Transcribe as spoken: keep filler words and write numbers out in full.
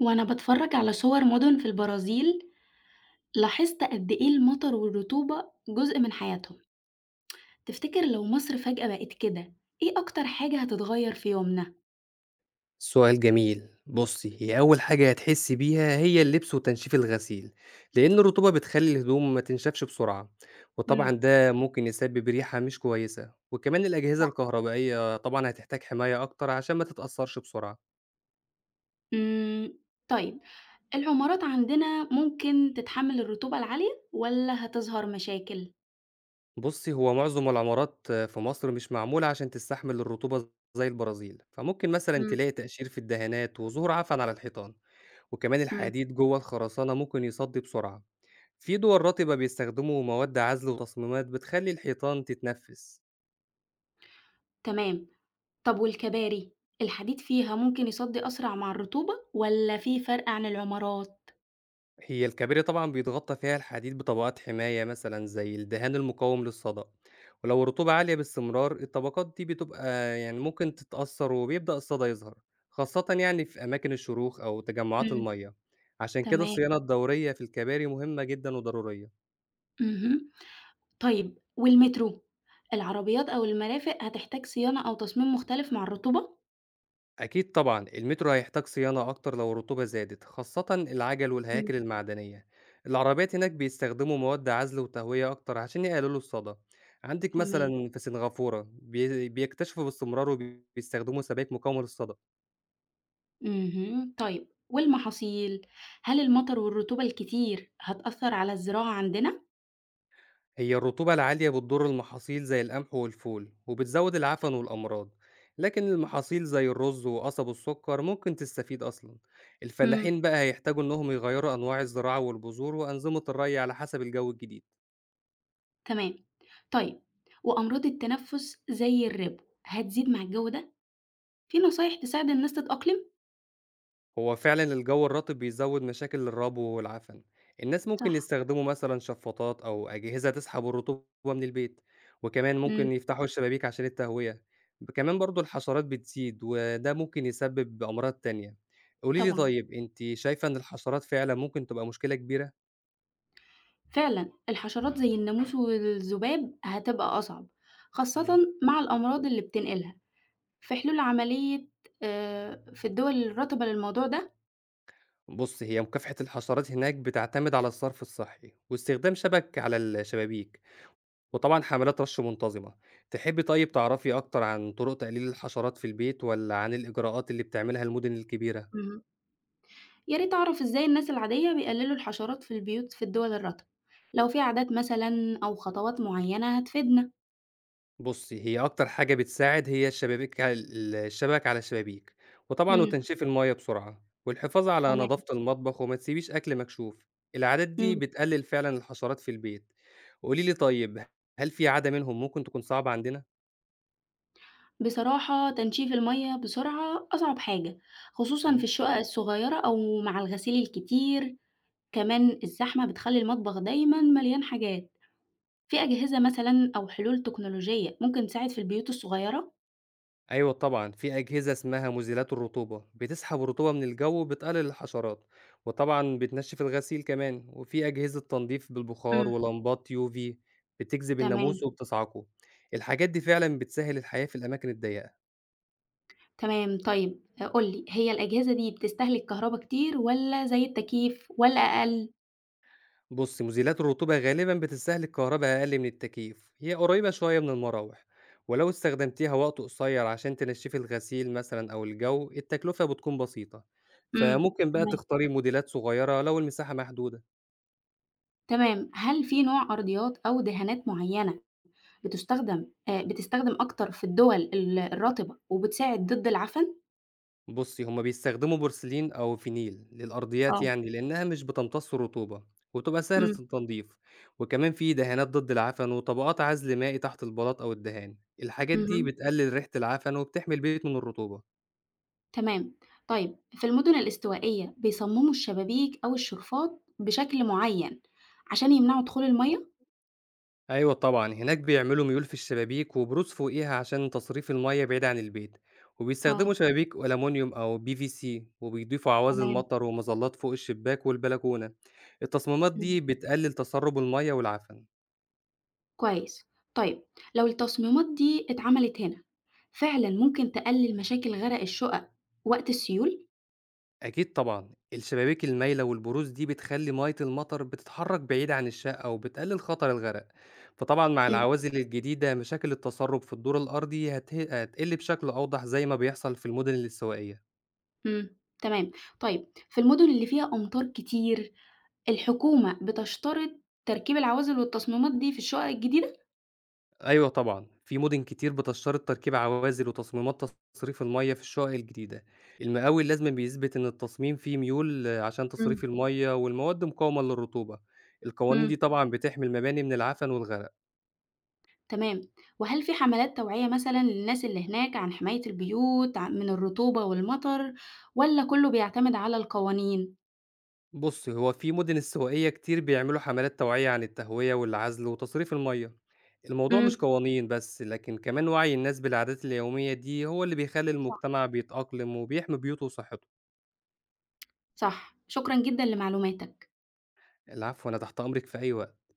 وأنا بتفرج على صور مدن في البرازيل، لاحظت قد إيه المطر والرطوبة جزء من حياتهم. تفتكر لو مصر فجأة بقت كده، إيه أكتر حاجة هتتغير في يومنا؟ سؤال جميل. بصي، هي أول حاجة هتحسي بيها هي اللبس وتنشيف الغسيل، لأن الرطوبة بتخلي الهدوم ما تنشفش بسرعة، وطبعا مم. ده ممكن يسبب ريحة مش كويسة. وكمان الأجهزة الكهربائية طبعا هتحتاج حماية أكتر عشان ما تتأثرش بسرعة. مم. طيب، العمارات عندنا ممكن تتحمل الرطوبة العالية ولا هتظهر مشاكل؟ بصي، هو معظم العمارات في مصر مش معمولة عشان تستحمل الرطوبة زي البرازيل، فممكن مثلا مم. تلاقي تقشير في الدهانات وظهور عفن على الحيطان. وكمان مم. الحديد جوه الخرسانة ممكن يصدي بسرعة. في دول رطبة بيستخدموا مواد عزل وتصميمات بتخلي الحيطان تتنفس. تمام. طب والكباري، الحديد فيها ممكن يصدي أسرع مع الرطوبة ولا في فرق عن العمارات؟ هي الكباري طبعا بيتغطى فيها الحديد بطبقات حماية، مثلا زي الدهان المقاوم للصدأ. ولو الرطوبة عالية باستمرار، الطبقات دي بتبقى يعني ممكن تتأثر، وبيبدأ الصدأ يظهر، خاصة يعني في أماكن الشروخ أو تجمعات مم. المية. عشان كده تمام. الصيانة الدورية في الكباري مهمة جدا وضرورية. مهم. طيب والمترو، العربيات أو المرافق هتحتاج صيانة أو تصميم مختلف مع الرطوبة؟ أكيد طبعًا، المترو هيحتاج صيانة أكتر لو الرطوبة زادت، خاصة العجل إمم. والهياكل المعدنية. العربيات هناك بيستخدموا مواد عزل وتهوية أكتر عشان يقللوا الصدى. عندِك تمام، مثلًا في سنغافورة بي بيكتشفوا باستمرار وبيستخدموا سبائك مقاومة للصدى. اهم، طيب والمحاصيل، هل المطر والرطوبة الكتير هتأثر على الزراعة عندنا؟ هي الرطوبة العالية بتضر المحاصيل زي القمح والفول، وبتزود صح. العفن والأمراض، لكن المحاصيل زي الرز وقصب السكر ممكن تستفيد أصلًا. إمم، الفلاحين بقى هيحتاجوا إنهم يغيروا أنواع الزراعة والبذور وأنظمة الري على حسب الجو الجديد. تمام، طيب وأمراض التنفس زي الربو هتزيد مع الجو ده؟ في نصايح تساعد الناس تتأقلم؟ هو فعلًا الجو الرطب بيزوّد مشاكل الربو والعفن. الناس ممكن صح. يستخدموا مثلًا شفاطات أو أجهزة تسحب الرطوبة من البيت، وكمان إمم، ممكن يفتحوا الشبابيك عشان التهوية. ب كمان برضه الحشرات بتزيد، وده ممكن يسبب أمراض تانية. قولي لي طبعًا، طيب، أنتِ شايفة إن الحشرات فعلًا ممكن تبقى مشكلة كبيرة؟ فعلًا الحشرات زي الناموس والذباب هتبقى أصعب، خاصةً إمم. مع الأمراض اللي بتنقلها. في حلول عملية آآ في الدول الرَّطبة للموضوع ده؟ بُصّي، هي مكافحة الحشرات هناك بتعتمد على الصرف الصحي واستخدام شبك على الشبابيك، وطبعًا حملات رَش منتظمة. تحبّي طيب تعرفي أكتر عن طرق تقليل الحشرات في البيت والّا عن الإجراءات اللي بتعملها المُدن الكبيرة؟ اهم. يا ريت أعرف إزاي الناس العادية بيقللوا الحشرات في البيوت في الدول الرَّطبة، لو في عادات مثلًا أو خطوات معيّنة هتفيدنا. بُصّي، هي أكتر حاجة بتساعد هي الشبابيك، ال الشبك على الشبابيك، وطبعًا إمم، وتنشيف المَيّة بسرعة، والحفاظ على تمام، نضافة المطبخ، وما تسيبيش أكل مكشوف. العادات دي إمم. بتقلل فعلًا الحشرات في البيت. قولي لي طيب، هل في عادة منهم ممكن تكون صعبة عندنا؟ بصراحة تنشيف المَيّة بسرعة أصعب حاجة، خصوصًا إمم. في الشقق الصغيرة أو مع الغسيل الكتير، كمان الزحمة بتخلّي المطبخ دايمًا مليان حاجات. في أجهزة مثلًا أو حلول تكنولوجية ممكن تساعد في البيوت الصغيرة؟ أيوه طبعًا، في أجهزة اسمها مزيلات الرطوبة، بتسحب الرطوبة من الجو وبتقلل الحشرات، وطبعًا بتنشّف الغسيل كمان. وفي أجهزة تنضيف بالبخار إمم، ولمبات يو في بتجذب الناموس تمام. وبتصعقه. الحاجات دي فعلًا بتسهّل الحياة في الأماكن الضيّقة. تمام، طيب آآ قُل لي، هي الأجهزة دي بتستهلك كهربا كتير والّا زي التكييف والّا أقل؟ بُص، مزيلات الرطوبة غالبًا بتستهلك كهربا أقل من التكييف، هي قريبة شوية من المراوح، ولو استخدمتيها وقت قصير عشان تنشّفي الغسيل مثلًا أو الجو، التكلفة بتكون بسيطة. إمم. فممكن بقى تمام، تختاري موديلات صغيرة لو المساحة محدودة. تمام. هل في نوع أرضيات أو دهانات معيّنة بتُستخدم آآ بتستخدم أكتر في الدول ال الرطبة وبتساعد ضد العفن؟ بُصّي، هم بيستخدموا بورسلين أو فينيل للأرضيات، آه، يعني لإنها مش بتمتص الرطوبة، وتبقى سهلة إمم. التنضيف. وكمان في دهانات ضد العفن وطبقات عزل مائي تحت البلاط أو الدهان. الحاجات دي اهم، بتقلل ريحة العفن وبتحمي البيت من الرطوبة. تمام. طيب في المدن الاستوائية بيصمموا الشبابيك أو الشرفات بشكل معيّن عشان يمنعوا دخول المَيّة؟ أيوه طبعًا، هناك بيعملوا ميول في الشبابيك وبروز فوقيها عشان تصريف المَيّة بعيد عن البيت، وبيستخدموا آه، شبابيك ألمونيوم أو بي في سي، وبيضيفوا عوازل تمام، مطر ومظلات فوق الشباك والبلكونة. التصميمات إمم. دي بتقلل تسرب المَيّة والعفن. كويس. طيب لو التصميمات دي اتعملت هنا، فعلًا ممكن تقلل مشاكل غرق الشقق وقت السيول؟ أكيد طبعًا، الشبابيك المايلة والبروز دي بتخلّي مَيّة المطر بتتحرّك بعيد عن الشقة وبتقلل خطر الغرق. فطبعًا مع إمم، العوازل الجديدة مشاكل التسرب في الدور الأرضي هت هتقل بشكل أوضح زي ما بيحصل في المدن السوائية. إمم، تمام. طيب في المدن اللي فيها أمطار كتير، الحكومة بتشترط تركيب العوازل والتصميمات دي في الشقق الجديدة؟ أيوه طبعًا، في مدن كتير بتشترط تركيب عوازل وتصميمات تصريف المَيّة في الشقق الجديدة. المقاول لازمًا بيثبت إن التصميم فيه ميول آه، عشان إمم. تصريف المَيّة والمواد مقاومة للرطوبة. القوانين دي إمم، طبعًا بتحمي المباني من العفن والغرق. تمام. وهل في حملات توعية مثلًا للناس اللي هناك عن حماية البيوت ع من الرطوبة والمطر والّا كله بيعتمد على القوانين؟ بُص، هو في مُدن استوائية كتير بيعملوا حملات توعية عن التهوية والعزل وتصريف المَيّة. الموضوع مش إمم، قوانين بس، لكن كمان وعي الناس بالعادات اليومية دي هو اللي بيخلّي صح، المجتمع بيتأقلم وبيحمي بيوته وصحّته. صح. شكرًا جدًا لمعلوماتك. العفو، أنا تحت أمرِك في أي وقت.